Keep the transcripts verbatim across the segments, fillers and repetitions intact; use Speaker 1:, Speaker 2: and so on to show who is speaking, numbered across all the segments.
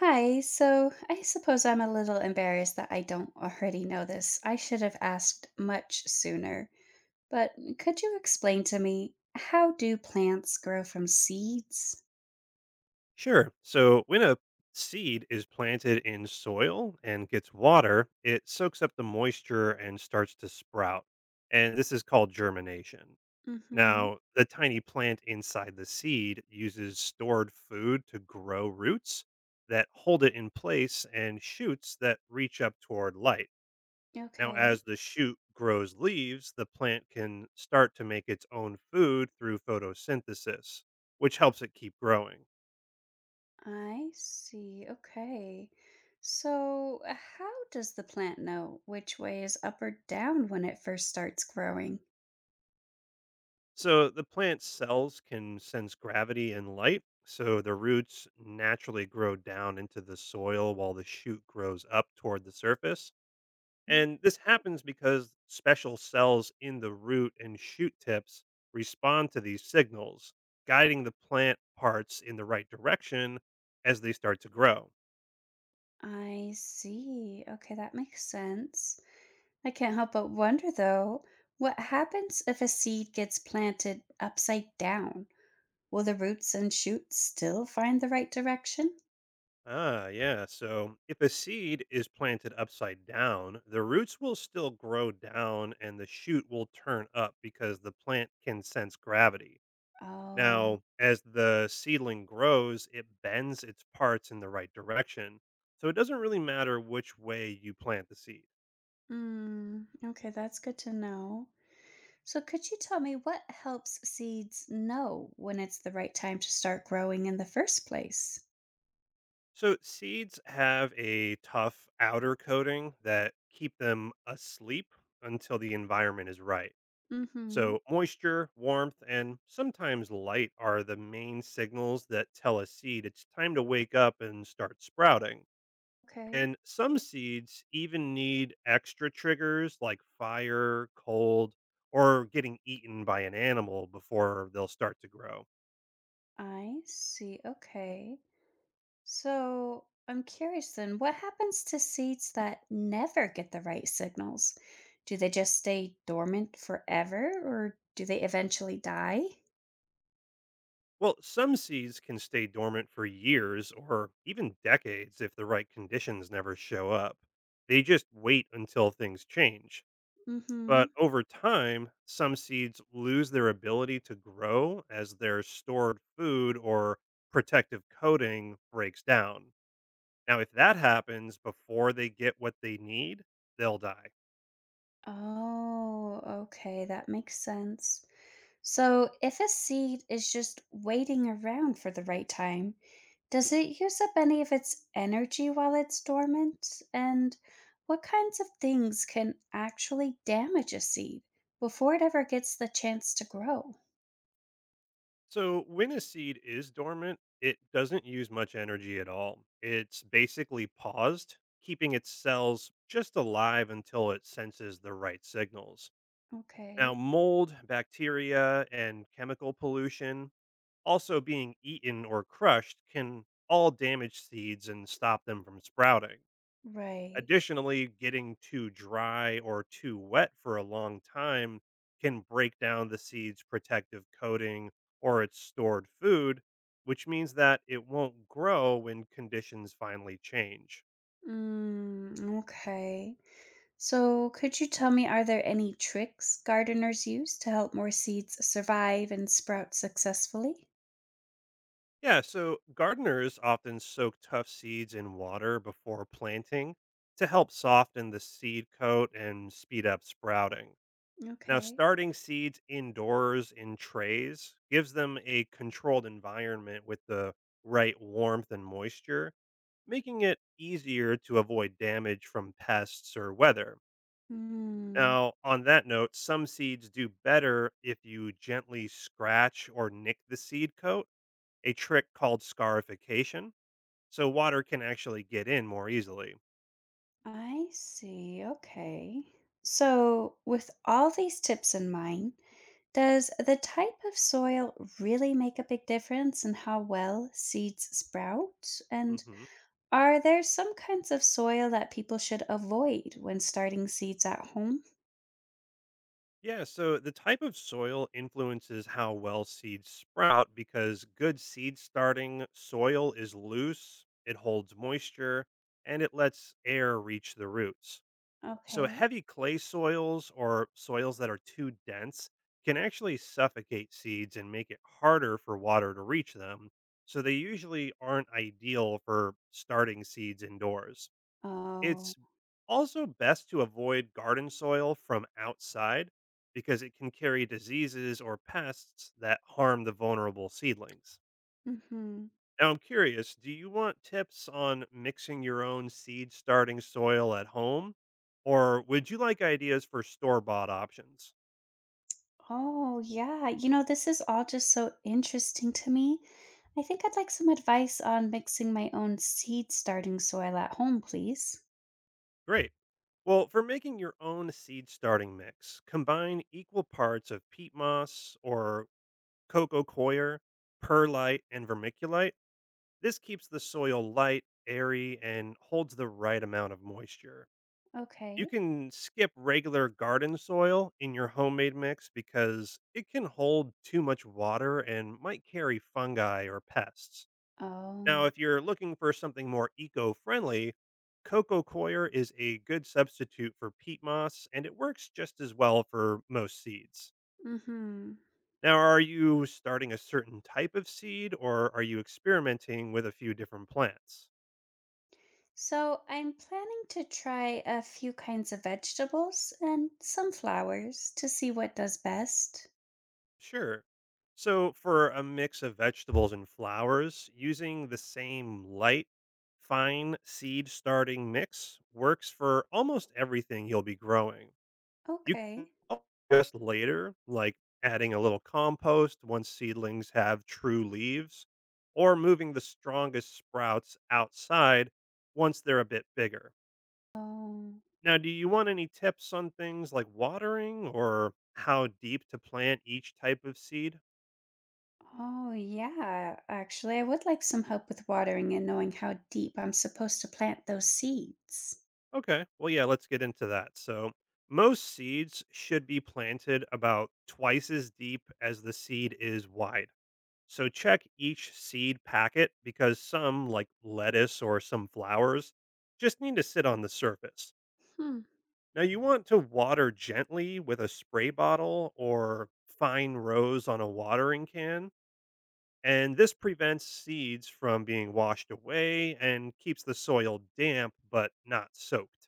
Speaker 1: Hi, so I suppose I'm a little embarrassed that I don't already know this. I should have asked much sooner. But could you explain to me how do plants grow from seeds?
Speaker 2: Sure. So when a seed is planted in soil and gets water, it soaks up the moisture and starts to sprout. And this is called germination.
Speaker 1: Mm-hmm.
Speaker 2: Now, the tiny plant inside the seed uses stored food to grow roots that hold it in place and shoots that reach up toward light. Now,
Speaker 1: Okay,
Speaker 2: as the shoot grows leaves, the plant can start to make its own food through photosynthesis, which helps it keep growing.
Speaker 1: I see. Okay. So, uh, how does the plant know which way is up or down when it first starts growing?
Speaker 2: So the plant cells can sense gravity and light, so the roots naturally grow down into the soil while the shoot grows up toward the surface.
Speaker 1: Mm,
Speaker 2: And this happens because special cells in the root and shoot tips respond to these signals, guiding the plant parts in the right direction as they start to grow.
Speaker 1: I see. Okay, that makes sense. I can't help but wonder though, what happens if a seed gets planted upside down? Will the roots and shoots still find the right direction?
Speaker 2: Ah, yeah. So if a seed is planted upside down, the roots will still grow down and the shoot will turn up because the plant can sense gravity.
Speaker 1: Oh,
Speaker 2: Now, as the seedling grows, it bends its parts in the right direction. So it doesn't really matter which way you plant the seed.
Speaker 1: mm, okay, that's good to know. So, could you tell me what helps seeds know when it's the right time to start growing in the first place?
Speaker 2: So seeds have a tough outer coating that keep them asleep until the environment is right.
Speaker 1: Mm hmm.
Speaker 2: So, moisture, warmth, and sometimes light are the main signals that tell a seed it's time to wake up and start sprouting.
Speaker 1: Okay,
Speaker 2: And some seeds even need extra triggers like fire, cold, or getting eaten by an animal before they'll start to grow.
Speaker 1: I see. Okay. So I'm curious then, what happens to seeds that never get the right signals? Do they just stay dormant forever or do they eventually die?
Speaker 2: Well, some seeds can stay dormant for years or even decades if the right conditions never show up. They just wait until things change.
Speaker 1: Mm hmm.
Speaker 2: But over time, some seeds lose their ability to grow as their stored food or protective coating breaks down. Now, if that happens before they get what they need, they'll die.
Speaker 1: Oh, okay, that makes sense. So, if a seed is just waiting around for the right time, does it use up any of its energy while it's dormant? And what kinds of things can actually damage a seed before it ever gets the chance to grow?
Speaker 2: So, when a seed is dormant, it doesn't use much energy at all. It's basically paused, keeping its cells just alive until it senses the right signals. Now,
Speaker 1: Okay.
Speaker 2: mold, bacteria, and chemical pollution. Also, being eaten or crushed can all damage seeds and stop them from sprouting.
Speaker 1: Right.
Speaker 2: Additionally, getting too dry or too wet for a long time can break down the seed's protective coating or its stored food, which means that it won't grow when conditions finally change.
Speaker 1: Mm, okay. So, could you tell me, are there any tricks gardeners use to help more seeds survive and sprout successfully?
Speaker 2: Yeah, so gardeners often soak tough seeds in water before planting to help soften the seed coat and speed up sprouting. Now,
Speaker 1: Okay.
Speaker 2: starting seeds indoors in trays gives them a controlled environment with the right warmth and moisture, making it easier to avoid damage from pests or weather.
Speaker 1: Mm.
Speaker 2: Now, on that note, some seeds do better if you gently scratch or nick the seed coat, a trick called scarification, so water can actually get in more easily.
Speaker 1: I see. Okay. So, with all these tips in mind, does the type of soil really make a big difference in how well seeds sprout? And
Speaker 2: hmm
Speaker 1: are there some kinds of soil that people should avoid when starting seeds at home?
Speaker 2: Yeah, so the type of soil influences how well seeds sprout because good seed starting soil is loose, it holds moisture, and it lets air reach the roots. So,
Speaker 1: Okay.
Speaker 2: heavy clay soils or soils that are too dense can actually suffocate seeds and make it harder for water to reach them. So, they usually aren't ideal for starting seeds indoors.
Speaker 1: Oh.
Speaker 2: It's also best to avoid garden soil from outside because it can carry diseases or pests that harm the vulnerable seedlings.
Speaker 1: Mhm.
Speaker 2: Now, I'm curious, do you want tips on mixing your own seed starting soil at home? Or would you like ideas for store bought options?
Speaker 1: Oh, yeah. You know, this is all just so interesting to me. I think I'd like some advice on mixing my own seed starting soil at home, please.
Speaker 2: Great. Well, for making your own seed starting mix, combine equal parts of peat moss or coco coir, perlite, and vermiculite. This keeps the soil light, airy, and holds the right amount of moisture. You
Speaker 1: Okay.
Speaker 2: can skip regular garden soil in your homemade mix because it can hold too much water and might carry fungi or pests. Now,
Speaker 1: Oh.
Speaker 2: if you're looking for something more eco friendly, coco coir is a good substitute for peat moss and it works just as well for most seeds.
Speaker 1: Mhm.
Speaker 2: Now, are you starting a certain type of seed or are you experimenting with a few different plants?
Speaker 1: So I'm planning to try a few kinds of vegetables and some flowers to see what does best.
Speaker 2: Sure. So, for a mix of vegetables and flowers, using the same light, fine seed starting mix works for almost everything you'll be growing. You can
Speaker 1: Okay.
Speaker 2: adjust later, like adding a little compost once seedlings have true leaves, or moving the strongest sprouts outside once they're a bit bigger.
Speaker 1: Oh.
Speaker 2: Now, do you want any tips on things like watering or how deep to plant each type of seed?
Speaker 1: Oh yeah. Actually, I would like some help with watering and knowing how deep I'm supposed to plant those seeds.
Speaker 2: Okay. Well, yeah, let's get into that. So, most seeds should be planted about twice as deep as the seed is wide. So, check each seed packet because some, like lettuce or some flowers, just need to sit on the surface.
Speaker 1: Hmm.
Speaker 2: Now, you want to water gently with a spray bottle or fine rows on a watering can. And this prevents seeds from being washed away and keeps the soil damp but not soaked.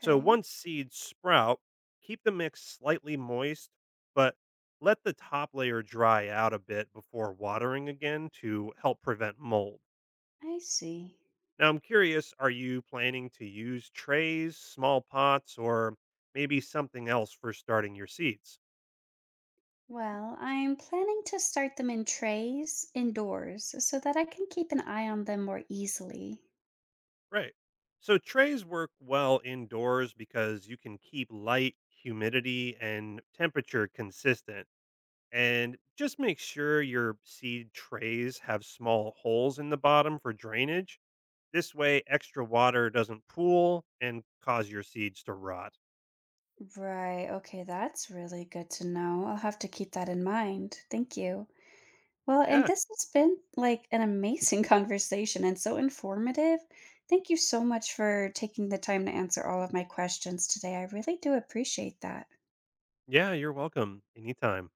Speaker 2: So once seeds sprout, keep the mix slightly moist, but let the top layer dry out a bit before watering again to help prevent mold.
Speaker 1: I see.
Speaker 2: Now, I'm curious, are you planning to use trays, small pots, or maybe something else for starting your seeds?
Speaker 1: Well, I'm planning to start them in trays indoors so that I can keep an eye on them more easily.
Speaker 2: Right. So, trays work well indoors because you can keep light, humidity, and temperature consistent and just make sure your seed trays have small holes in the bottom for drainage. This way, extra water doesn't pool and cause your seeds to rot.
Speaker 1: Right. Okay, that's really good to know. I'll have to keep that in mind. Thank you. Well, and
Speaker 2: Yeah,
Speaker 1: this has been like an amazing conversation and so informative. Thank you so much for taking the time to answer all of my questions today. I really do appreciate that.
Speaker 2: yeah, you're welcome anytime.